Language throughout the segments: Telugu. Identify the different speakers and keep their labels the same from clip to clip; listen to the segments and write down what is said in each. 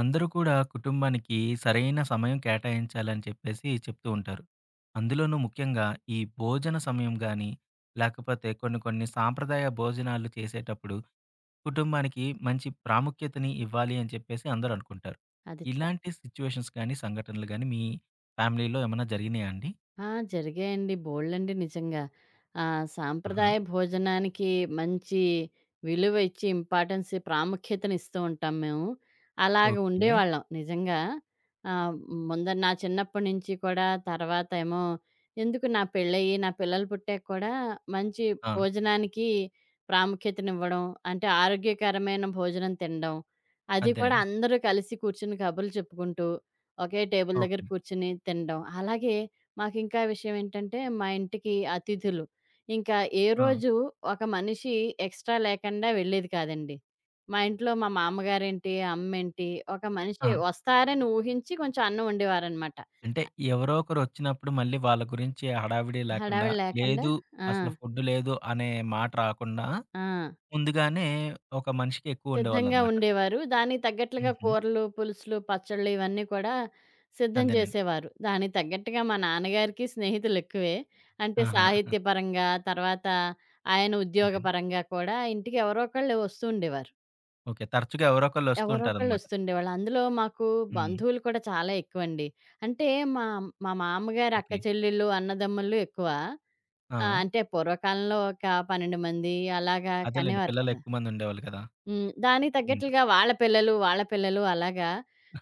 Speaker 1: అందరూ కూడా కుటుంబానికి సరైన సమయం కేటాయించాలని చెప్తూ ఉంటారు. అందులోనూ ముఖ్యంగా ఈ భోజన సమయం గాని, లేకపోతే కొన్ని కొన్ని సాంప్రదాయ భోజనాలు చేసేటప్పుడు కుటుంబానికి మంచి ప్రాముఖ్యతని ఇవ్వాలి అని అందరూ అనుకుంటారు.
Speaker 2: అది.
Speaker 1: ఇలాంటి సిట్యుయేషన్స్ గాని, సంఘటనలు గాని మీ ఫ్యామిలీలో ఏమన్నా జరిగినాయా అండి?
Speaker 2: ఆ! జరిగాయండి బోలెడండి నిజంగా.
Speaker 1: ఆహా!
Speaker 2: సాంప్రదాయ భోజనానికి మంచి విలువ ఇచ్చి, ఇంపార్టెన్స్, ప్రాముఖ్యతనిస్తూ ఉంటాం మేము. అలాగ
Speaker 1: ఓకే.
Speaker 2: ఉండేవాళ్ళం నిజంగా. ఆహ్, ముందర నా చిన్నప్పటి నుంచి కూడా, తర్వాత ఏమో ఎందుకు నా పెళ్ళయ్యి, నా పిల్లలు పుట్టాక కూడా మంచి
Speaker 1: ఆ!
Speaker 2: భోజనానికి ప్రాముఖ్యతనివ్వడం, అంటే ఆరోగ్యకరమైన భోజనం తినడం. అది కూడా
Speaker 1: అదేనండి.
Speaker 2: అందరూ కలిసి కూర్చొని కబుర్లు చెప్పుకుంటూ, ఒకే టేబుల్ దగ్గర
Speaker 1: ఓకే.
Speaker 2: కూర్చొని తినడం. అలాగే మాకింకా విషయం ఏంటంటే, మా ఇంటికి అతిథులు. ఇంకా ఏ
Speaker 1: ఆ!
Speaker 2: రోజు ఒక మనిషి ఎక్స్‌ట్రా లేకుండా వెళ్ళేది కాదండి. మా ఇంట్లో మా మామగారేంటి, అమ్మేంటి, ఒక
Speaker 1: ఆ!
Speaker 2: మనిషి వస్తారని ఊహించి కొంచెం అన్నం వండేవారనమాట.
Speaker 1: అంటే ఎవరో ఒకరొచ్చినప్పుడు మళ్ళీ వాళ్ళ గురించి హడావిడి లేకుండా,
Speaker 2: హడావిడి లేకుండా
Speaker 1: లేదు
Speaker 2: ఆ!
Speaker 1: అసలు ఫుడ్ లేదు అనే మాట రాకుండా,
Speaker 2: ఆ!
Speaker 1: ముందుగానే ఒక మనిషికి
Speaker 2: సిద్ధంగా
Speaker 1: ఎక్కువుండేవాళ్ళనమాట.
Speaker 2: ఉండేవారు. దానికి తగ్గట్లుగా
Speaker 1: హుహు.
Speaker 2: కూరలు, పులుసులు, పచ్చళ్ళు ఇవన్నీ కూడా సిద్ధం
Speaker 1: అదేనండి.
Speaker 2: చేసేవారు. దానికి తగ్గట్టుగా మా నాన్నగారికి స్నేహితులెక్కువే. అంటే
Speaker 1: ఆహా!
Speaker 2: సాహిత్యపరంగా, తర్వాత ఆయన
Speaker 1: అదేండి.
Speaker 2: ఉద్యోగపరంగా కూడా ఇంటికి ఎవరో ఒకళ్ళు వస్తూ ఉండేవారు.
Speaker 1: ఓకే. తరచుగా ఎవరో ఒకళ్ళొస్తూ
Speaker 2: ఎవరో ఒకళ్ళు
Speaker 1: ఉంటారనమాట.
Speaker 2: వస్తుండేవాళ్ళు. అందులో మాకు
Speaker 1: హ్మ్.
Speaker 2: బంధువులు కూడా చాలా ఎక్కువండి. అంటే మా మా మామగారి అక్క
Speaker 1: ఓకే.
Speaker 2: చెల్లెళ్ళు, అన్నదమ్ములు ఎక్కువ.
Speaker 1: ఆ!
Speaker 2: అంటే పూర్వకాలంలో ఒక 12 మంది అలాగా
Speaker 1: అదేలెండి.
Speaker 2: కనేవారు కదా!
Speaker 1: పిల్లలెక్కువ మందుండేవాళ్ళు కదా!
Speaker 2: హ్మ్. దానికి
Speaker 1: హ్మ్.
Speaker 2: తగ్గట్లుగా వాళ్ళ పిల్లలు, వాళ్ళ పిల్లలు అలాగా.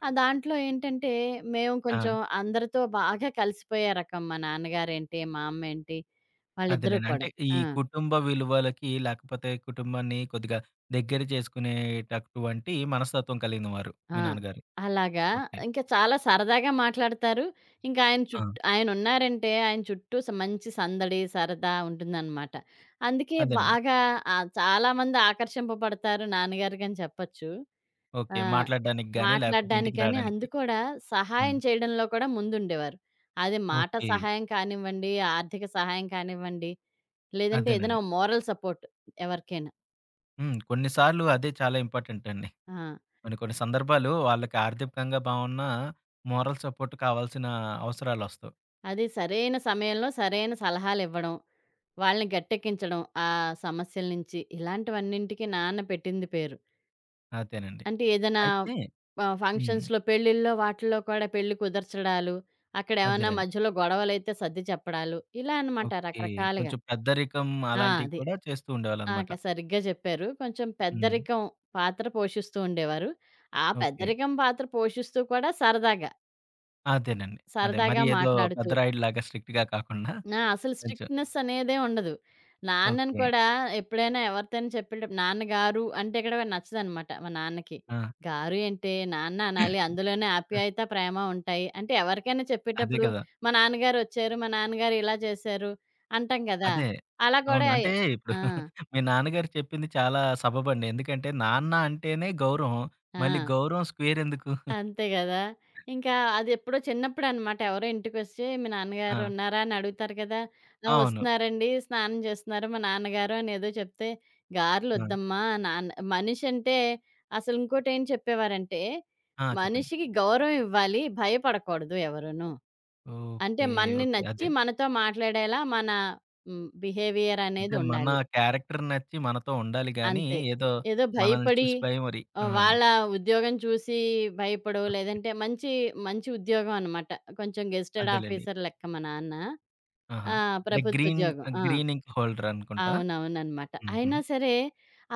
Speaker 2: దాంట్లో ఏంటంటే, మేము
Speaker 1: ఆ!
Speaker 2: కొంచెం అందరితో బాగా కలిసిపోయే రకం. మా నాన్నగారేంటి, మా అమ్మేంటి వాళ్ళిద్దరూ
Speaker 1: అదేలెండి. అంటే
Speaker 2: కూడా.
Speaker 1: ఈ
Speaker 2: ఆ!
Speaker 1: కుటుంబ విలువలకి లేకపోతే కుటుంబాన్ని కొద్దిగా దగ్గర చేసుకునేటటువంటి మనస్తత్వం కలిగినవారు మీ
Speaker 2: ఆ!
Speaker 1: నాన్నగారు.
Speaker 2: అలాగా.
Speaker 1: ఓకే.
Speaker 2: ఇంకా చాలా సరదాగా మాట్లాడతారు. ఇంకా ఆయన
Speaker 1: ఆ!
Speaker 2: చుట్టూ ఆయనున్నారంటే, ఆయన చుట్టూ మంచి సందడి, సరదా ఉంటుందనమాట. అందుకే
Speaker 1: అదేనండి.
Speaker 2: బాగా చాలామంది ఆకర్షింపబడతారు నాన్నగారికని చెప్పొచ్చు.
Speaker 1: ఓకే.
Speaker 2: ఆ!
Speaker 1: మాట్లాడడానికి గాని, లేకపోతే
Speaker 2: మాట్లాడడానికి
Speaker 1: ఇంటికి
Speaker 2: గాని,
Speaker 1: రాడానికి.
Speaker 2: అందు కూడా
Speaker 1: హ్మ్.
Speaker 2: సహాయం చేయడంలో కూడా ముందుండేవారు. అది మాట
Speaker 1: ఓకే.
Speaker 2: సహాయం కానివ్వండి, ఆర్థిక సహాయం కానివ్వండి, లేదంటే ఏదైనా
Speaker 1: అదేనండి.
Speaker 2: మోరల్ సపోర్ట్ ఎవరికైనా.
Speaker 1: హ్మ్. కొన్ని సార్లు అదే చాలా ఇంపార్టెంట్ అండి.
Speaker 2: ఆ!
Speaker 1: కొన్ని కొన్ని సందర్భాలు వాళ్ళకి ఆర్థికంగా బావున్నా, మోరల్ సపోర్ట్ కావాల్సిన అవసరాలొస్తాయి.
Speaker 2: అది సరైన సమయంలో సరైన సలహాలివ్వడం, వాళ్ళని గట్టెక్కించడం ఆ సమస్యల నుంచి. ఇలాంటివన్నింటికి నాన్న పెట్టింది పేరు.
Speaker 1: అదేనండి.
Speaker 2: అంటే ఏదైనా
Speaker 1: అయితే హ్మ్.
Speaker 2: ఫంక్షన్స్‌లో, పెళ్ళిల్లో వాటిల్లో కూడా పెళ్లి కుదర్చడాలు, అక్కడేమన్నా
Speaker 1: అదేలెండి.
Speaker 2: మధ్యలో గొడవలైతే సర్ది చెప్పడాలు, ఇలా అన్నమాట
Speaker 1: ఓకే.
Speaker 2: రకరకాలుగా.
Speaker 1: కొంచెం పెద్దరికం
Speaker 2: ఆ!
Speaker 1: అలాంటివి
Speaker 2: అది.
Speaker 1: కూడా చేస్తూ
Speaker 2: ఆ!
Speaker 1: ఉండేవాళ్ళనమాట.
Speaker 2: సరిగ్గా చెప్పారు. కొంచెం
Speaker 1: హ్మ్.
Speaker 2: పెద్దరికం పాత్ర పోషిస్తూ ఉండేవారు. ఆ
Speaker 1: ఓకే.
Speaker 2: పెద్దరికం పాత్ర పోషిస్తూ కూడా సరదాగా,
Speaker 1: అదేనండి. అదే. మరి
Speaker 2: సరదాగా
Speaker 1: ఏదో
Speaker 2: మాట్లాడుతూ
Speaker 1: పెద్దరాయుడిలాగా స్ట్రిక్ట్‌గా కాకుండా
Speaker 2: ఆ! అసలు
Speaker 1: కొంచెం
Speaker 2: స్ట్రిక్ట్‌నెస్ అనేదే ఉండదు. నాన్నని
Speaker 1: ఓకే.
Speaker 2: కూడా ఎప్పుడైనా ఎవరితోని చెప్పేటప్పుడు నాన్నగారు అంటే ఇక్కడ నచ్చదనమాట మా నాన్నకి.
Speaker 1: ఆ!
Speaker 2: గారు ఏంటే నాన్న అనాలి. అందులోనే ఆప్యాయత, ప్రేమ ఉంటాయి. అంటే ఎవరికైనా
Speaker 1: అదే
Speaker 2: చెప్పేటప్పుడు
Speaker 1: కదా!
Speaker 2: మా నాన్నగారు వచ్చారు, మా నాన్నగారు ఇలా చేశారు అంటాం కదా!
Speaker 1: అదే.
Speaker 2: అలా కూడా
Speaker 1: అవును. అంటే ఇప్పుడు
Speaker 2: ఆ!
Speaker 1: మీ నాన్నగారు చెప్పింది చాలా సబబండి. ఎందుకంటే నాన్న అంటేనే గౌరవం. మళ్ళీ
Speaker 2: ఆ!
Speaker 1: గౌరవం స్క్వేర్ ఎందుకు?
Speaker 2: అంతే గదా! ఇంకా అదెప్పుడో చిన్నప్పుడనమాట. ఎవరో ఇంటికొచ్చి "మీ నాన్నగారు
Speaker 1: ఆ!
Speaker 2: ఉన్నారా?" అని అడుగుతారు కదా! "ఆ!
Speaker 1: అవును.
Speaker 2: వస్తున్నారండి. స్నానం చేస్తున్నారు మా నాన్నగారు" అని ఏదో చెప్తే,
Speaker 1: ఆ!
Speaker 2: "గారెలొద్దమ్మా నాన్న మనిషంటే" అసలు ఇంకోటేం చెప్పేవారంటే,
Speaker 1: ఆ! చెప్పండి.
Speaker 2: మనిషికి గౌరవం ఇవ్వాలి. భయపడకూడదు ఎవరును. అంటే
Speaker 1: ఓకే.
Speaker 2: మనని
Speaker 1: ఓకే.
Speaker 2: నచ్చి
Speaker 1: అదే.
Speaker 2: మనతో మాట్లాడేలా మన బిహేవియర్ అనేది
Speaker 1: అంటే మన
Speaker 2: ఉండాలి.
Speaker 1: క్యారెక్టర్ నచ్చి మనతో ఉండాలి గానీ,
Speaker 2: అంతే.
Speaker 1: ఏదో
Speaker 2: ఏదో
Speaker 1: మనల్ని
Speaker 2: భయపడి
Speaker 1: చూసి భయమరి ఆ!
Speaker 2: వాళ్ళ ఉద్యోగం చూసి భయపడో,
Speaker 1: ఓకే.
Speaker 2: లేదంటే మంచి, మంచి ఉద్యోగం అనమాట. కొంచెం గెజిటెడ్
Speaker 1: అదేలెండి.
Speaker 2: ఆఫీసర్ లెక్క మా నాన్న.
Speaker 1: ఆహా!
Speaker 2: ఆ!
Speaker 1: అంటే
Speaker 2: ప్రభుత్వ
Speaker 1: గ్రీన్
Speaker 2: ఉద్యోగం. ఆ!
Speaker 1: గ్రీన్ ఇంక్ హోల్డర్ అనుకుంటా.
Speaker 2: అవునవుననమాట.
Speaker 1: హుహు.
Speaker 2: అయినా సరే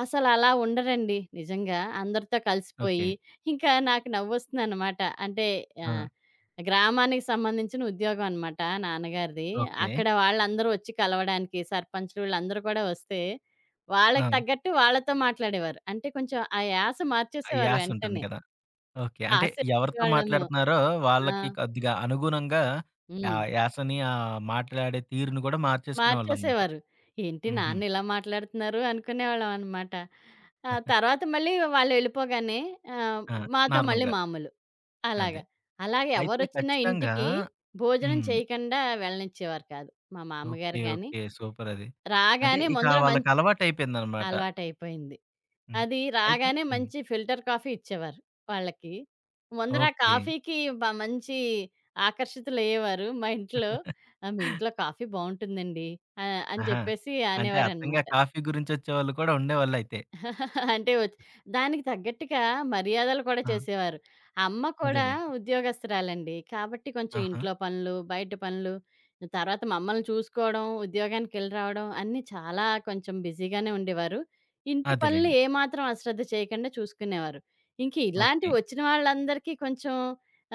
Speaker 2: అసలలా ఉండరండి నిజంగా. అందరితో
Speaker 1: ఓకే.
Speaker 2: కలిసిపోయి ఇంకా నాకు నవ్వొస్తుందనమాట. అంటే
Speaker 1: ఆ!
Speaker 2: ఆహ్, గ్రామానికి సంబంధించిన ఉద్యోగం అనమాట నాన్నగారిది.
Speaker 1: ఓకే.
Speaker 2: అక్కడ వాళ్ళందరూ వచ్చి కలవడానికి సర్పంచులు వీళ్ళందరూ కూడా వస్తే,
Speaker 1: ఆ!
Speaker 2: వాళ్ళకి తగ్గట్టు వాళ్ళతో మాట్లాడేవారు. అంటే కొంచెం ఆ యాస
Speaker 1: ఆ
Speaker 2: మార్చేసేవారు
Speaker 1: యాస్ ఉంటుంది
Speaker 2: వెంటనే.
Speaker 1: కదా! ఓకే. అంటే ఎవరితో
Speaker 2: ఆశించేవాళ్ళము.
Speaker 1: మాట్లాడుతున్నారో
Speaker 2: ఆ!
Speaker 1: వాళ్ళకి కొద్దిగా అనుగుణంగా ఆ
Speaker 2: హ్మ్.
Speaker 1: యాసని, ఆ మాట్లాడే తీరును గూడా మార్చేసుకునేవాళ్ళనమాట.
Speaker 2: మార్చేసేవారు. ఏంటి
Speaker 1: హుహు.
Speaker 2: నాన్న ఇలా మాట్లాడుతున్నారు అనుకునేవాళ్ళం అనమాట. ఆ తర్వాత మళ్ళీ వాళ్ళెళ్ళిపోగానే ఆహ్,
Speaker 1: ఆ!
Speaker 2: మాతో మళ్ళీ
Speaker 1: నార్మల్‌గా.
Speaker 2: మామూలు.
Speaker 1: అదే.
Speaker 2: అలాగా. అలాగే
Speaker 1: అయితే
Speaker 2: ఎవరొచ్చినా
Speaker 1: ఖచ్చితంగా
Speaker 2: ఇంటికి భోజనం
Speaker 1: హ్మ్.
Speaker 2: చేయకుండా వెళ్ళనిచ్చేవారు కాదు. మా మామ్మగారు
Speaker 1: ఓకే.
Speaker 2: గాని,
Speaker 1: ఓకే. సూపరది. అంటే
Speaker 2: రాగానే
Speaker 1: ఇక
Speaker 2: ముందర
Speaker 1: వాళ్ళకి
Speaker 2: మంచి
Speaker 1: అలవాటయిపోయిందనమాట.
Speaker 2: అలవాటయిపోయింది.
Speaker 1: హ్మ్.
Speaker 2: అది
Speaker 1: అయితే
Speaker 2: రాగానే
Speaker 1: హ్మ్.
Speaker 2: మంచి ఫిల్టర్ కాఫీ ఇచ్చేవారు వాళ్ళకి. ముందర ఆ
Speaker 1: ఓకే.
Speaker 2: కాఫీకి మంచి ఆకర్షితులయ్యేవారు మా ఇంట్లో. "ఆ! మీ ఇంట్లో కాఫీ బావుంటుందండి" అని
Speaker 1: ఆహా!
Speaker 2: చెప్పేసి
Speaker 1: అంటే అచ్చంగా
Speaker 2: అనేవారనమాట.
Speaker 1: కాఫీ గురించొచ్చేవాళ్ళు కూడా ఉండేవాళ్ళయితే.
Speaker 2: అంటే దానికి తగ్గట్టుగా మర్యాదలు కూడా
Speaker 1: ఆ!
Speaker 2: చేసేవారు. అమ్మ కూడా
Speaker 1: అదేలెండి.
Speaker 2: ఉద్యోగస్తురాలండి. కాబట్టి కొంచెం
Speaker 1: ఆహా!
Speaker 2: ఇంట్లో పనులు, బయట పనులు, తర్వాత మమ్మల్ని చూసుకోవడం, ఉద్యోగానికెళ్ళి రావడం అన్నీ చాలా కొంచెం బిజీగానే ఉండేవారు. ఇంటి పనులు
Speaker 1: అదేలెండి.
Speaker 2: ఏమాత్రం అశ్రద్ధ చేయకుండా చూసుకునేవారు. ఇంక
Speaker 1: ఓకే.
Speaker 2: ఇలాంటివి వచ్చిన వాళ్ళందరికీ కొంచెం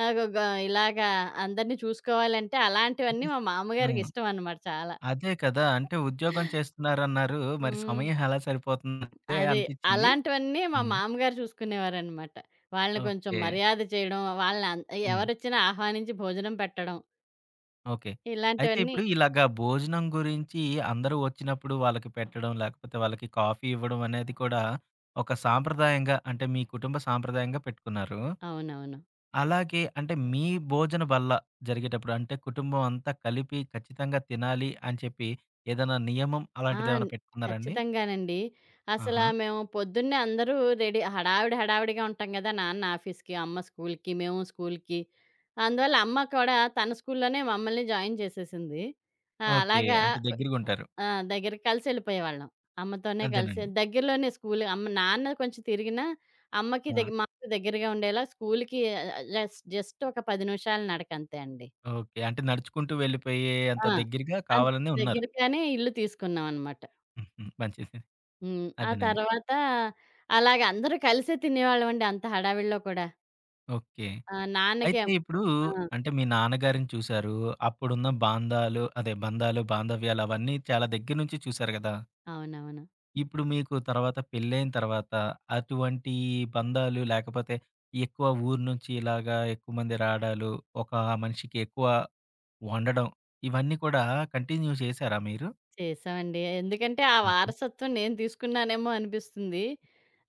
Speaker 2: ఆహ్, గ గ ఇలాగా అందరిని చూసుకోవాలంటే
Speaker 1: అంటే
Speaker 2: అలాంటివన్నీ మా
Speaker 1: ఆ!
Speaker 2: మామగారికి ఇష్టమనమాట చాలా.
Speaker 1: అదే కదా! అంటే ఉద్యోగం చేస్తున్నారన్నారు. మరి
Speaker 2: హ్మ్.
Speaker 1: సమయం ఎలా సరిపోతుందంటే
Speaker 2: అదే.
Speaker 1: అనిపిచ్చింది.
Speaker 2: అలాంటివన్నీ మా
Speaker 1: హ్మ్.
Speaker 2: మామగారు చూసుకునేవారనమాట. వాళ్ళని కొంచెం
Speaker 1: ఓకే.
Speaker 2: మర్యాద చేయడం, వాళ్ళని అన్
Speaker 1: హ్మ్.
Speaker 2: ఎవరొచ్చినా ఆహ్వానించి భోజనం పెట్టడం,
Speaker 1: ఓకే. అయితే
Speaker 2: ఇలాంటివన్నీ
Speaker 1: ఇప్పుడు ఇలాగా భోజనం గురించి అందరూ వచ్చినప్పుడు వాళ్ళకి పెట్టడం, లేకపోతే వాళ్ళకి కాఫీ ఇవ్వడం అనేది కూడా ఒక సాంప్రదాయంగా అంటే మీ కుటుంబ సాంప్రదాయంగా పెట్టుకున్నారు.
Speaker 2: అవునవును.
Speaker 1: అలాగే అంటే మీ భోజన బల్ల జరిగేటప్పుడు అంటే కుటుంబం అంతా కలిపి ఖచ్చితంగా తినాలి అని చెప్పి ఏదైనా నియమం
Speaker 2: ఆ! న్
Speaker 1: అలాంటిదేమైనా పెట్టుకున్నారా అండి?
Speaker 2: ఖచ్చితంగానండి. అసలా
Speaker 1: ఆహా!
Speaker 2: మేము పొద్దున్నే అందరూ రెడీ హడావిడి, హడావిడిగా ఉంటాం గదా! నాన్న ఆఫీస్‌కి, అమ్మ స్కూల్‌కి, మేము స్కూల్‌కి. అందువల్ల అమ్మ కూడా తన స్కూల్‌లోనే మమ్మల్ని జాయిన్ చేసేసింది. ఆ!
Speaker 1: ఓకే.
Speaker 2: అలాగా
Speaker 1: అంటే దగ్గరగుంటారు.
Speaker 2: ఆ! దగ్గరికి కలిసెళ్ళిపోయేవాళ్ళం. అమ్మతోనే కలిసి
Speaker 1: అదేనండి.
Speaker 2: దగ్గరలోనే స్కూలు అమ్మ నాన్న కొంచెం తిరిగినా, అమ్మకి
Speaker 1: ఆ!
Speaker 2: దగ్ మాకు దగ్గరగా ఉండేలా స్కూలుకి జస్ట్ జస్ట్ ఒక 10 నిమిషాల నడక అంతే అండి.
Speaker 1: ఓకే. అంటే నడుచుకుంటూ వెళ్ళిపోయే అంత
Speaker 2: ఆ!
Speaker 1: దగ్గరగా
Speaker 2: అన్
Speaker 1: కావాలనే ఉన్నారు.
Speaker 2: దగ్గరగానే ఇల్లు తీసుకున్నాం అనమాట.
Speaker 1: హుహు. మంచిది.
Speaker 2: హ్మ్. ఆ
Speaker 1: అదేనండి.
Speaker 2: తర్వాత అలాగ అందరూ కలిసే తినేవాళ్ళమండి అంత హడావిడిలో కూడా.
Speaker 1: ఓకే.
Speaker 2: ఆ! నాన్నకి ఆ!
Speaker 1: అయితే ఇప్పుడు అంటే మీ నాన్నగారిని చూసారు. అప్పుడున్న బాంధాలు అదే బంధాలు, బాంధవ్యాలు అవన్నీ చాలా దగ్గర నుంచి చూసారు గదా!
Speaker 2: అవునవును.
Speaker 1: ఇప్పుడు మీకు తర్వాత పెళ్ళైన తర్వాత అటువంటి బంధాలు లేకపోతే ఎక్కువ ఊరు నుంచి ఇలాగా ఎక్కువ మంది రాడాలు, ఒక మనిషికి ఎక్కువ వండడం ఇవన్నీ కూడా కంటిన్యూ చేసారా మీరు?
Speaker 2: చేశామండి. ఎందుకంటే, ఆ
Speaker 1: ఆహా!
Speaker 2: వారసత్వం నేను తీసుకున్నానేమో అనిపిస్తుంది.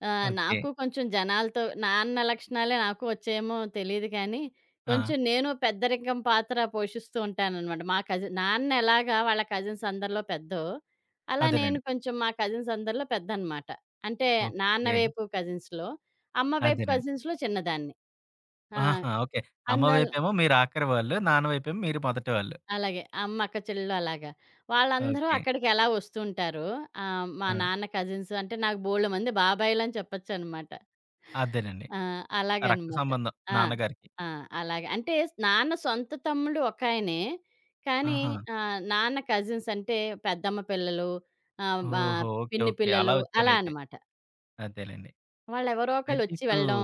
Speaker 1: ఓకే.
Speaker 2: నాకు కొంచెం జనాలతో నాన్న లక్షణాలే నాకు వచ్చాయేమో తెలీదు కానీ,
Speaker 1: ఆ!
Speaker 2: కొంచెం నేను పెద్దరికం పాత్ర పోషిస్తూ ఉంటాననమాట. మా కజిన్ నాన్న ఎలాగా వాళ్ళ కజిన్స్ అందరిలో పెద్దో, అలా నేను
Speaker 1: అదేనండి.
Speaker 2: కొంచెం మా కజిన్స్ అందరిలో పెద్దనమాట. అంటే, నాన్న
Speaker 1: ఓకే.
Speaker 2: వైపు కజిన్స్‌లో, అమ్మ వైపు
Speaker 1: అదేనండి.
Speaker 2: కజిన్స్‌లో చిన్నదాన్ని. ఆ!
Speaker 1: ఆహా! ఓకే. అమ్మ
Speaker 2: అందల్
Speaker 1: వైపేమో మీరు ఆఖరి వాళ్ళు. నాన్న వైపేమో మీరు మొదటి వాళ్ళు.
Speaker 2: అలాగే. అమ్మ, అక్క చెల్లెలు అలాగా. వాళ్ళందరూ
Speaker 1: ఓకే.
Speaker 2: అక్కడికెలా వస్తుంటారో మా
Speaker 1: ఆ!
Speaker 2: నాన్న కజిన్స్ అంటే నాకు బోలెడుమంది బాబాయిలని చెప్పొచ్చనమాట.
Speaker 1: అదేనండి.
Speaker 2: ఆ!
Speaker 1: రక్త
Speaker 2: అలాగనమాట.
Speaker 1: సంబంధం
Speaker 2: ఆ!
Speaker 1: నాన్నగారికి.
Speaker 2: ఆ! అలాగే. అంటే నాన్న సొంత తమ్ముడు ఒకాయనే. కానీ
Speaker 1: ఆహా!
Speaker 2: నాన్న కజిన్స్ అంటే పెద్దమ్మ పిల్లలు, మా
Speaker 1: ఓహో! ఓకే.
Speaker 2: పిన్ని
Speaker 1: ఓకే. అలా
Speaker 2: పిల్లలు అలా
Speaker 1: వచ్చారైతే.
Speaker 2: అనమాట.
Speaker 1: అదేలెండి.
Speaker 2: వాళ్ళెవరో
Speaker 1: అయితే
Speaker 2: ఒకళ్ళొచ్చి
Speaker 1: ఇప్పుడు
Speaker 2: వెళ్ళడం,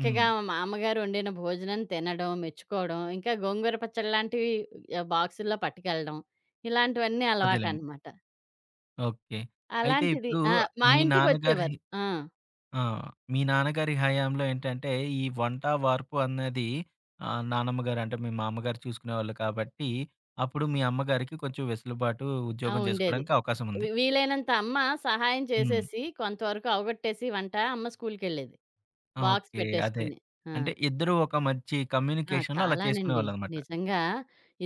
Speaker 1: హ్మ్.
Speaker 2: మా అమ్మగారు వండిన భోజనం తినడం, మెచ్చుకోవడం, ఇంకా గోంగూర పచ్చడి లాంటివి బాక్సుల్లో పట్టుకెళ్ళడం, ఇలాంటివన్నీ
Speaker 1: అదేలెండి.
Speaker 2: అలవాటనమాట.
Speaker 1: ఓకే. అయితే
Speaker 2: అలాంటిది
Speaker 1: ఇప్పుడు
Speaker 2: ఆ! మా
Speaker 1: మీ నాన్నగారి
Speaker 2: ఇంటికొచ్చేవారు. ఆ!
Speaker 1: ఆ! మీ నాన్నగారి హయాంలో ఏంటంటే, ఈ వంట, వార్పు అన్నది నానమ్మ గారు అంటే మీ మామ్మగారు చూసుకునేవాళ్ళు కాబట్టి, అప్పుడు మీ అమ్మగారికి కొంచెం వెసులుబాటు
Speaker 2: ఆ!
Speaker 1: ఉద్యోగం
Speaker 2: ఉండేది.
Speaker 1: చేసుకోవడానికి అవకాశం ఉంది.
Speaker 2: వీలైనంత అమ్మ సహాయం
Speaker 1: హ్మ్.
Speaker 2: చేసేసి, కొంతవరకు అవగొట్టేసి వంట, అమ్మ స్కూలుకెళ్ళేది.
Speaker 1: ఆ!
Speaker 2: Box
Speaker 1: okay. అదే.
Speaker 2: పెట్టేసుకుని. ఆ!
Speaker 1: అంటే ఇద్దరూ ఒక మంచి
Speaker 2: ఆ!
Speaker 1: కమ్యూనికేషన్‌లో అలా
Speaker 2: చాలానండి.
Speaker 1: చేసుకునేవాళ్ళనమాట.
Speaker 2: నిజంగా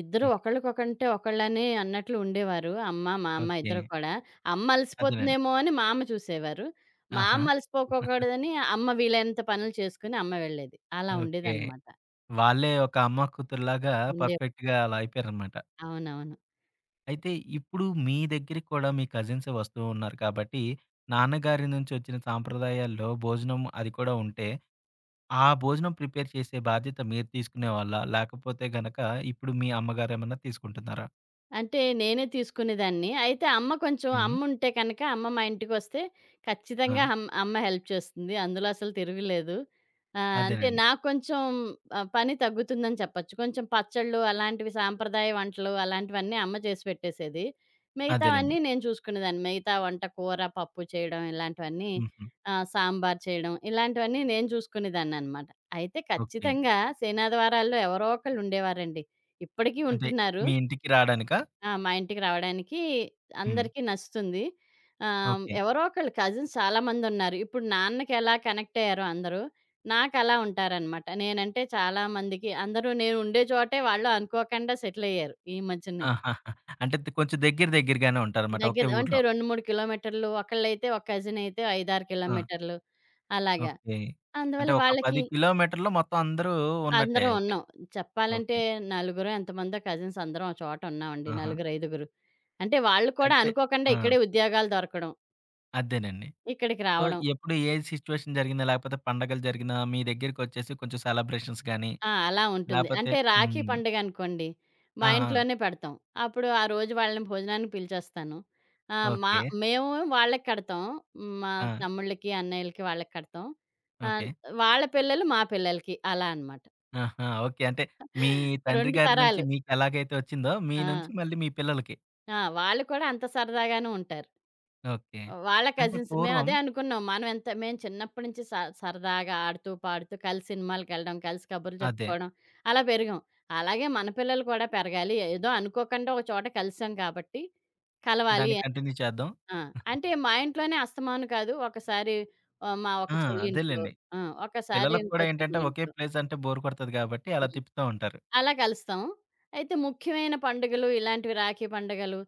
Speaker 2: ఇద్దరు
Speaker 1: హ్మ్.
Speaker 2: ఒకళ్ళకొకంటే ఒకళ్ళని అన్నట్లు ఉండేవారు. అమ్మ, మా అమ్మ
Speaker 1: ఓకే.
Speaker 2: ఇద్దరు కూడా. అమ్మ
Speaker 1: అదేనండి.
Speaker 2: అలసిపోతుందేమో అని మా అమ్మ చూసేవారు. మా
Speaker 1: ఆహా!
Speaker 2: అమ్మ అలసిపోకూడదని అమ్మ వీలైనంత పనులు చేసుకొని అమ్మ వెళ్ళేది. అలా
Speaker 1: ఓకే.
Speaker 2: ఉండేదనమాట.
Speaker 1: వాళ్ళే ఒక అమ్మా కూతురులాగా
Speaker 2: ఉండే
Speaker 1: పర్ఫెక్ట్‌గా అలా అయిపోయారనమాట.
Speaker 2: అవునవును.
Speaker 1: అయితే ఇప్పుడు మీ దగ్గరికి కూడా మీ కజిన్సే వస్తూ ఉన్నారు కాబట్టి, నాన్నగారి నుంచి వచ్చిన సాంప్రదాయాల్లో భోజనం అది కూడా ఉంటే, ఆ భోజనం ప్రిపేర్ చేసే బాధ్యత మీరు తీసుకునేవాళ్ళా? లేకపోతే గనక ఇప్పుడు మీ అమ్మగారేమన్నా తీసుకుంటున్నారా?
Speaker 2: అంటే నేనే తీసుకునేదాన్ని. అయితే అమ్మ కొంచెం
Speaker 1: హ్మ్.
Speaker 2: అమ్ముంటే కనక అమ్మ మా ఇంటికొస్తే
Speaker 1: ఆ!
Speaker 2: ఖచ్చితంగా అమ్మ హెల్ప్ చేస్తుంది. అందులో అసలు తిరుగులేదు. అంటే
Speaker 1: అదేనండి.
Speaker 2: నాకు కొంచెం పని తగ్గుతుందని చెప్పొచ్చు. కొంచెం పచ్చళ్ళు అలాంటివి సాంప్రదాయ వంటలు అలాంటివన్నీ అమ్మ చేసి పెట్టేసేది.
Speaker 1: అదేలెండి.
Speaker 2: మిగతావన్నీ నేను చూసుకునేదాన్ని. మిగతా వంట కూర, పప్పు చేయడం ఇలాంటివన్నీ
Speaker 1: హుహు.
Speaker 2: సాంబార్ చేయడం ఇలాంటివన్నీ నేను చూసుకునేదాన్ననమాట. అయితే
Speaker 1: ఓకే.
Speaker 2: ఖచ్చితంగా సేనాద్వారాల్లో ఎవరో ఒకళ్ళు ఉండేవారండి. ఇప్పటికీ
Speaker 1: అంటే
Speaker 2: ఉంటున్నారు.
Speaker 1: మీ ఇంటికి రాడానికా?
Speaker 2: ఆ! మా ఇంటికి రావడానికి
Speaker 1: హ్మ్.
Speaker 2: అందరికీ నచ్చుతుంది.
Speaker 1: ఓకే.
Speaker 2: ఎవరో ఒకళ్ళు కజిన్స్ చాలామందున్నారు. ఇప్పుడు నాన్నకెలా కనెక్ట్ అయ్యారో అందరూ, నాకలా ఉంటారనమాట. నేనంటే చాలా మందికి అందరూ నేను ఉండే చోటే వాళ్ళు అనుకోకుండా సెటిల్ అయ్యారు ఈ మధ్యనే.
Speaker 1: ఆహాహా! అంటే ద కొంచెం దగ్గర దగ్గరగానే ఉంటారన్నమాట. ఒకే
Speaker 2: దగ్గర అంటే
Speaker 1: ఊర్లో.
Speaker 2: 2, 3 కిలోమీటర్లు, ఒకళ్ళైతే ఒక కజిన్ అయితే 5, 6
Speaker 1: ఆ!
Speaker 2: కిలోమీటర్లు అలాగా.
Speaker 1: ఓకే. అంటే
Speaker 2: అందువల్ల
Speaker 1: ఒక 10
Speaker 2: వాళ్ళకి
Speaker 1: కిలోమీటర్‌లో మొత్తం అందరూ ఉన్నట్టే
Speaker 2: అందరం
Speaker 1: అయితే.
Speaker 2: ఉన్నాం.
Speaker 1: ఓకే.
Speaker 2: చెప్పాలంటే నలుగురో ఎంతమందో కజిన్స్ అందరం ఒక చోట ఉన్నామండి.
Speaker 1: ఆహా!
Speaker 2: నలుగురు, ఐదుగురు. అంటే వాళ్ళు కూడా
Speaker 1: అయితే
Speaker 2: అనుకోకుండా
Speaker 1: ఆ!
Speaker 2: ఇక్కడే ఉద్యోగాలు దొరకడం.
Speaker 1: అదేనండి.
Speaker 2: ఇక్కడికి
Speaker 1: సో,
Speaker 2: రావడం.
Speaker 1: ఎప్పుడు ఏ సిట్యుయేషన్ జరిగినా, లేకపోతే పండగలు జరిగినా మీ దగ్గరికొచ్చేసి కొంచెం సెలబ్రేషన్స్ గాని,
Speaker 2: ఆ! అలా ఉంటుంది.
Speaker 1: లేపోతే
Speaker 2: అంటే రాఖీ
Speaker 1: హ్మ్.
Speaker 2: పండగనుకోండి,
Speaker 1: ఆ!
Speaker 2: మా
Speaker 1: ఆ!
Speaker 2: ఇంట్లోనే పెడతాం. అప్పుడు ఆ రోజు వాళ్ళని భోజనానికి పిలిచేస్తాను. ఆహ్, మా
Speaker 1: ఓకే.
Speaker 2: మేము వాళ్ళకి కడతాం. మా
Speaker 1: ఆ!
Speaker 2: తమ్ముళ్ళకి, అన్నయ్యలకి వాళ్ళకి కడతాం.
Speaker 1: ఓకే.
Speaker 2: ఆహ్, వాళ్ళ పిల్లలు మా పిల్లలకి అలా అనమాట.
Speaker 1: ఆహా! ఓకే. అంటే మీ తండ్రి
Speaker 2: 2
Speaker 1: గారి నుంచి
Speaker 2: తరాలు.
Speaker 1: మీకెలాగైతే వచ్చిందో, మీ
Speaker 2: ఆ!
Speaker 1: నుంచి మళ్ళీ మీ పిల్లలకి.
Speaker 2: ఆ! వాళ్ళు కూడా అంత సరదాగానే ఉంటారు.
Speaker 1: ఓకే.
Speaker 2: వాళ్ళ
Speaker 1: అంటే
Speaker 2: కజిన్స్.
Speaker 1: పూర్వం
Speaker 2: మేమదే అనుకున్నాం. మేము చిన్నప్పటి నుంచి సరదాగా ఆడుతూ, పాడుతూ కలిసి సినిమాలకెళ్ళడం, కలిసి కబుర్లు
Speaker 1: అదే.
Speaker 2: చెప్పుకోవడం అలా పెరిగాం. అలాగే మన పిల్లలు కూడా పెరగాలి. ఏదో అనుకోకుండా ఒక చోట కలిసాం కాబట్టి కలవాలి
Speaker 1: దాన్ని
Speaker 2: అని
Speaker 1: కంటిన్యూ చేద్దాం.
Speaker 2: ఆ! అంటే మా ఇంట్లోనే అస్తమాను కాదు. ఒకసారి మా ఒక
Speaker 1: ఆ!
Speaker 2: చెల్లి ఇంట్లో,
Speaker 1: అదేలెండి.
Speaker 2: ఆ! ఒకసారి
Speaker 1: పిల్లలకి కూడా
Speaker 2: ఇంకో
Speaker 1: ఏంటంటే ఒకే
Speaker 2: తమ్ముడింట్లో.
Speaker 1: ప్లేస్ అంటే బోర్ కొడతది కాబట్టి అలా
Speaker 2: హ్మ్.
Speaker 1: తిప్పుతా ఉంటారు.
Speaker 2: అలా కలుస్తాం. అయితే ముఖ్యమైన పండుగలు ఇలాంటివి రాఖీ పండుగలు,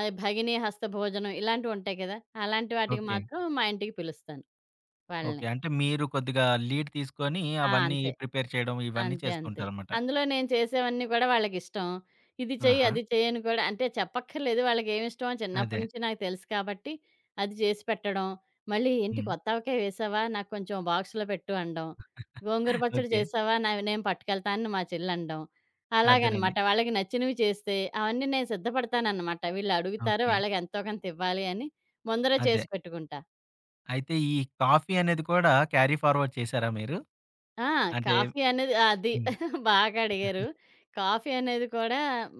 Speaker 2: భగిని హస్త భోజనం ఇలాంటివుంటాయి కదా! అలాంటి వాటికి
Speaker 1: ఓకే.
Speaker 2: మాత్రం మా ఇంటికి పిలుస్తాను.
Speaker 1: ఓకే.
Speaker 2: వాళ్ళని.
Speaker 1: అంటే మీరు కొద్దిగా లీడ్ తీసుకొని
Speaker 2: ఆ!
Speaker 1: అవన్నీ
Speaker 2: అంతే.
Speaker 1: ప్రిపేర్ చేయడం ఇవన్నీ
Speaker 2: అంతే.
Speaker 1: చేస్తూ
Speaker 2: అంతే.
Speaker 1: ఉంటారనమాట.
Speaker 2: అందులో నేను చేసేవన్నీ కూడా వాళ్ళకిష్టం. ఇది చెయ్యి,
Speaker 1: ఆహా!
Speaker 2: అది చెయ్యి అని కూడా అంటే చెప్పక్కర్లేదు వాళ్ళకేమిష్టమో చిన్నప్పటి
Speaker 1: అదే.
Speaker 2: నుంచి నాకు తెలుసు కాబట్టి, అది చేసి పెట్టడం. మళ్ళీ "ఏంటి
Speaker 1: హ్మ్.
Speaker 2: కొత్త ఆవకాయ వేసావా? నాకు కొంచెం బాక్స్‌లో పెట్టు" అనడం. "గోంగూర పచ్చడి
Speaker 1: ఓకే.
Speaker 2: చేసావా? నావి నేను పట్టుకెళ్తానని" మా చెల్లనడం.
Speaker 1: అదేనండి.
Speaker 2: అలాగనమాట. వాళ్ళకి నచ్చినవి చేస్తే అవన్నీ నేను సిద్ధపడతాననమాట. వీళ్ళు అడుగుతారు
Speaker 1: ఓకే.
Speaker 2: వాళ్ళకి ఎంతో కొంత ఇవ్వాలి అని ముందరే
Speaker 1: అదే.
Speaker 2: చేసి పెట్టుకుంటా.
Speaker 1: అయితే ఈ కాఫీ అనేది కూడా క్యారీ ఫార్వర్డ్ చేశారా మీరు?
Speaker 2: ఆ!
Speaker 1: అంటే
Speaker 2: కాఫీ అనేది అది
Speaker 1: హ్మ్.
Speaker 2: బాగా అడిగారు. కాఫీ అనేది కూడా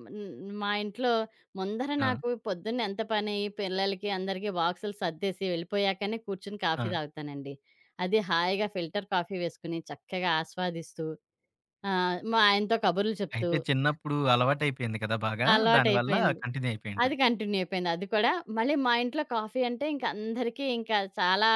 Speaker 2: మా ఇంట్లో ముందర
Speaker 1: ఆ!
Speaker 2: నాకు పొద్దున్న ఎంత పని అయ్యి పిల్లలకి అందరికీ బాక్సులు సర్దేసి వెళ్ళిపోయాకనే కూర్చొని
Speaker 1: ఆ!
Speaker 2: కాఫీ తాగుతానండి. అది హాయిగా ఫిల్టర్ కాఫీ వేసుకొని చక్కగా ఆస్వాదిస్తూ మా ఆయనతో కబుర్లు చెప్తూ
Speaker 1: అయితే చిన్నప్పుడు అలవాటయిపోయింది కదా! బాగా. దానివల్ల
Speaker 2: అలవాటయిపోయింది.
Speaker 1: కంటిన్యూ
Speaker 2: అది
Speaker 1: అయిపోయుంటది.
Speaker 2: కంటిన్యూ అయిపోయింది. అది కూడా మళ్ళీ మా ఇంట్లో కాఫీ అంటే ఇంక అందరికీ ఇంకా చాలా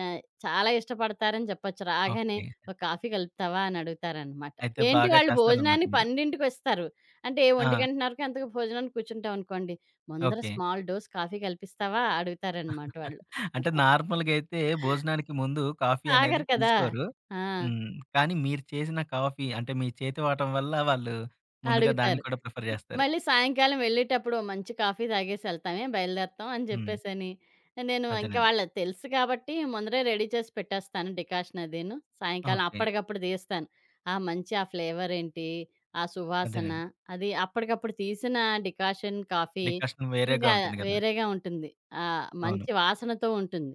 Speaker 2: ఆహ్, చాలా ఇష్టపడతారని చెప్పొచ్చు. రాగానే
Speaker 1: ఓకే.
Speaker 2: "ఒక కాఫీ కలుపుతావా?" అని అడుగుతారనమాట.
Speaker 1: అయితే
Speaker 2: ఏంటి
Speaker 1: బాగా
Speaker 2: వాళ్ళు
Speaker 1: చేస్తారనమాట
Speaker 2: భోజనానికి
Speaker 1: మీరు.
Speaker 2: 12:00కొస్తారు. అంటే
Speaker 1: ఆ!
Speaker 2: 1:00కో ఎంతకో భోజనానికి కూర్చుంటామనుకోండి. "ముందర
Speaker 1: ఓకే.
Speaker 2: స్మాల్ డోస్ కాఫీ కల్పిస్తావా?" అడుగుతారనమాట వాళ్ళు.
Speaker 1: అంటే నార్మల్‌గా అయితే భోజనానికి ముందు కాఫీ అనేది
Speaker 2: తాగరు కదా!
Speaker 1: తీసుకోరు.
Speaker 2: ఆ!
Speaker 1: హ్మ్. కానీ మీరు చేసిన కాఫీ అంటే మీ చేతి వాటం వల్ల వాళ్ళు ముందుగా దాన్ని
Speaker 2: అడుగుతారు.
Speaker 1: కూడా ప్రిఫర్ చేస్తారు.
Speaker 2: మళ్ళీ సాయంకాలం వెళ్ళేటప్పుడు ఓ మంచి కాఫీ తాగేసి ఎళ్తామే, బయలుదేరతాం అని
Speaker 1: హ్మ్.
Speaker 2: చెప్పేసని, నేను ఇంక
Speaker 1: అదేనండి.
Speaker 2: వాళ్ళకి తెలుసు కాబట్టి ముందరే రెడీ చేసి పెట్టేస్తాను డికాషన్ అదీను. సాయంకాలం
Speaker 1: ఓకే.
Speaker 2: అప్పటికప్పుడు తీస్తాను. ఆ మంచి ఆ ఫ్లేవర్ ఏంటి, ఆ సువాసన
Speaker 1: అదేనండి.
Speaker 2: అది అప్పటికప్పుడు తీసిన డికాషన్ కాఫీ
Speaker 1: డికాషన్ వేరేగా
Speaker 2: ఇంకా
Speaker 1: ఉంటుంది గదా!
Speaker 2: వేరేగా ఉంటుంది.
Speaker 1: అవును.
Speaker 2: మంచి వాసనతో ఉంటుంది.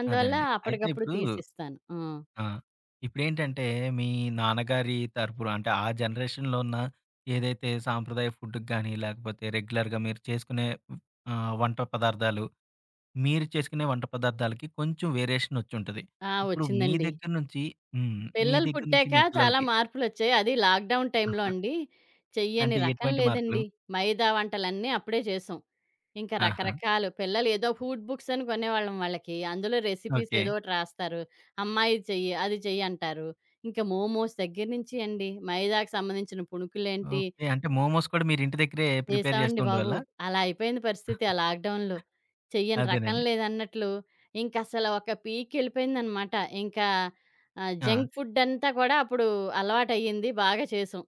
Speaker 2: అందువల్ల
Speaker 1: అదేనండి. అయితే
Speaker 2: అప్పటికప్పుడు
Speaker 1: ఇప్పుడు
Speaker 2: తీసిస్తాను. ఆ!
Speaker 1: ఆ! ఇప్పుడేంటంటే మీ నాన్నగారి తరపున అంటే ఆ జనరేషన్‌లో ఉన్న ఏదైతే సాంప్రదాయ ఫుడ్‌కి గాని లేకపోతే రెగ్యులర్‌గా మీరు చేసుకునే వంట పదార్థాలు మీరు చేసుకునే వంట పదార్థాలకి కొంచెం వేరియేషన్ వచ్చుంటది.
Speaker 2: ఆ!
Speaker 1: ఇప్పుడు మీ
Speaker 2: వచ్చిందండి.
Speaker 1: దగ్గర నుంచి హ్మ్. మీ
Speaker 2: పిల్లలు
Speaker 1: దగ్గర నుంచి
Speaker 2: పుట్టాక
Speaker 1: మీ
Speaker 2: చాలా
Speaker 1: పిల్లలకి
Speaker 2: మార్పులొచ్చాయి. అది లాక్‌డౌన్ టైంలో
Speaker 1: ఆహా.
Speaker 2: అండి. చెయ్యని
Speaker 1: అంటే
Speaker 2: రకం
Speaker 1: ఎటువంటి మార్పులు?
Speaker 2: లేదండి. మైదా వంటలన్నీ అప్పుడే చేసాం. ఇంకా
Speaker 1: ఆహా!
Speaker 2: రకరకాలు పిల్లలు ఏదో ఫుడ్ బుక్స్ అని కొనేవాళ్ళం వాళ్ళకి. అందులో రెసిపీస్
Speaker 1: ఓకే.
Speaker 2: ఏదో ఒకటి రాస్తారు. అమ్మా! ఇది చెయ్యి, అది చెయ్యి అంటారు. ఇంకా మోమోస్ దగ్గర నుంచి అండి. మైదాకు సంబంధించిన పుణుకులేంటి
Speaker 1: ఓకే. అంటే మోమోస్ కూడా మీరు ఇంటి దగ్గరే ప్రిపేర్ చేస్తూ
Speaker 2: చేసామండి బాబు.
Speaker 1: ఉండేవాళ్ళా?
Speaker 2: అలా అయిపోయింది పరిస్థితి ఆ లాక్‌డౌన్‌లో. చెయ్యని రకం
Speaker 1: అదేనండి.
Speaker 2: లేదన్నట్లు ఇంకసల ఒక పీకెళ్ళిపోయిందనమాట. ఇంకా
Speaker 1: ఆ!
Speaker 2: జంక్ ఫుడ్డంతా కూడా అప్పుడు అలవాటయ్యింది. బాగా చేసాం.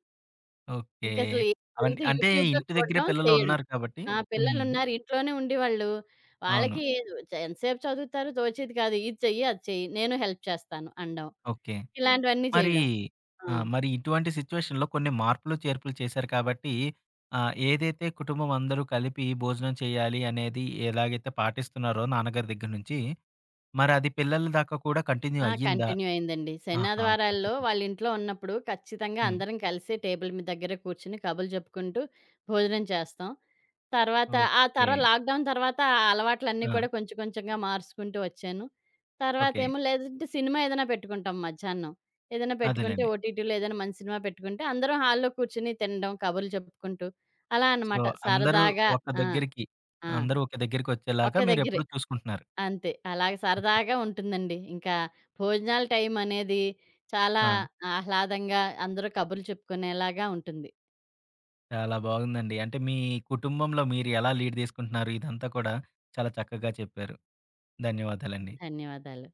Speaker 1: ఓకే.
Speaker 2: ఇంకసలు ఏది
Speaker 1: అవన్
Speaker 2: దొరికితే
Speaker 1: అంటే
Speaker 2: యూట్యూబ్‌లో
Speaker 1: ఇంటి దగ్గరే
Speaker 2: చూడడం,
Speaker 1: పిల్లలు
Speaker 2: చేయడం.
Speaker 1: ఉన్నారు కాబట్టి
Speaker 2: ఆ!
Speaker 1: హ్మ్.
Speaker 2: పిల్లలున్నారు ఇంట్లోనే ఉండేవాళ్ళు.
Speaker 1: అవును.
Speaker 2: వాళ్ళకి ఎంతసేపు చదువుతారు? తోచేది కాదు. ఇది చెయ్యి, అది చెయ్యి. నేను హెల్ప్ చేస్తాను అనడం.
Speaker 1: ఓకే.
Speaker 2: ఇలాంటివన్నీ
Speaker 1: మరి
Speaker 2: చేయడం. ఆ!
Speaker 1: ఆ! మరి ఇటువంటి సిట్యుయేషన్‌లో కొన్ని మార్పులు, చేర్పులు చేశారు కాబట్టి ఏదైతే కుటుంబం అందరూ కలిపి భోజనం చేయాలి అనేది ఎలాగైతే పాటిస్తున్నారో నాన్నగారి దగ్గర నుంచి, మరి అది పిల్లల దాకా కూడా కంటిన్యూ
Speaker 2: ఆ!
Speaker 1: అయ్యిందా?
Speaker 2: కంటిన్యూ అయిందండి.
Speaker 1: ఆహా! ఓకే. ఓకే.
Speaker 2: శనాదివారాల్లో
Speaker 1: సూప్
Speaker 2: వాళ్ళింట్లో ఉన్నప్పుడు ఖచ్చితంగా
Speaker 1: హ్మ్.
Speaker 2: అందరం కలిసి టేబుల్ మీ దగ్గర కూర్చుని కబుర్లు చెప్పుకుంటూ భోజనం చేస్తాం. తర్వాత ఆ
Speaker 1: ఓకే.
Speaker 2: తర్వా లాక్‌డౌన్ తర్వాత ఆ అలవాట్లన్నీ
Speaker 1: ఆ!
Speaker 2: కూడా కొంచెం కొంచెంగా మార్చుకుంటూ వచ్చాను.
Speaker 1: ఓకే.
Speaker 2: తర్వాతేమో లేదంటే సినిమా ఏదైనా పెట్టుకుంటాం మధ్యాహ్నం. ఏదైనా పెట్టుకుంటే
Speaker 1: అదేలెండి.
Speaker 2: ఓటీటీలో ఏదైనా మంచి సినిమా పెట్టుకుంటే అందరం హాల్‌లో కూర్చుని తినడం, కబుర్లు చెప్పుకుంటూ అలా
Speaker 1: సో,
Speaker 2: అన్నమాట
Speaker 1: అందరూ
Speaker 2: సరదాగా
Speaker 1: ఒక
Speaker 2: ఆ!
Speaker 1: దగ్గరికి,
Speaker 2: ఆ!
Speaker 1: అందరూ ఒక దగ్గరికొచ్చేలాగా
Speaker 2: ఒక్క దగ్గరే.
Speaker 1: మీరెప్పుడూ చూసుకుంటున్నారు.
Speaker 2: అంతే. అలాగే సరదాగా ఉంటుందండి. ఇంకా భోజనాల టైమనేది చాలా
Speaker 1: ఆ!
Speaker 2: ఆహ్లాదంగా, అందరూ కబుర్లు చెప్పుకునేలాగా ఉంటుంది.
Speaker 1: చాలా బాగుందండి. అంటే మీ కుటుంబంలో మీరు ఎలా లీడ్ తీసుకుంటున్నారు, ఇదంతా కూడా చాలా చక్కగా చెప్పారు. ధన్యవాదాలండి.
Speaker 2: ధన్యవాదాలు.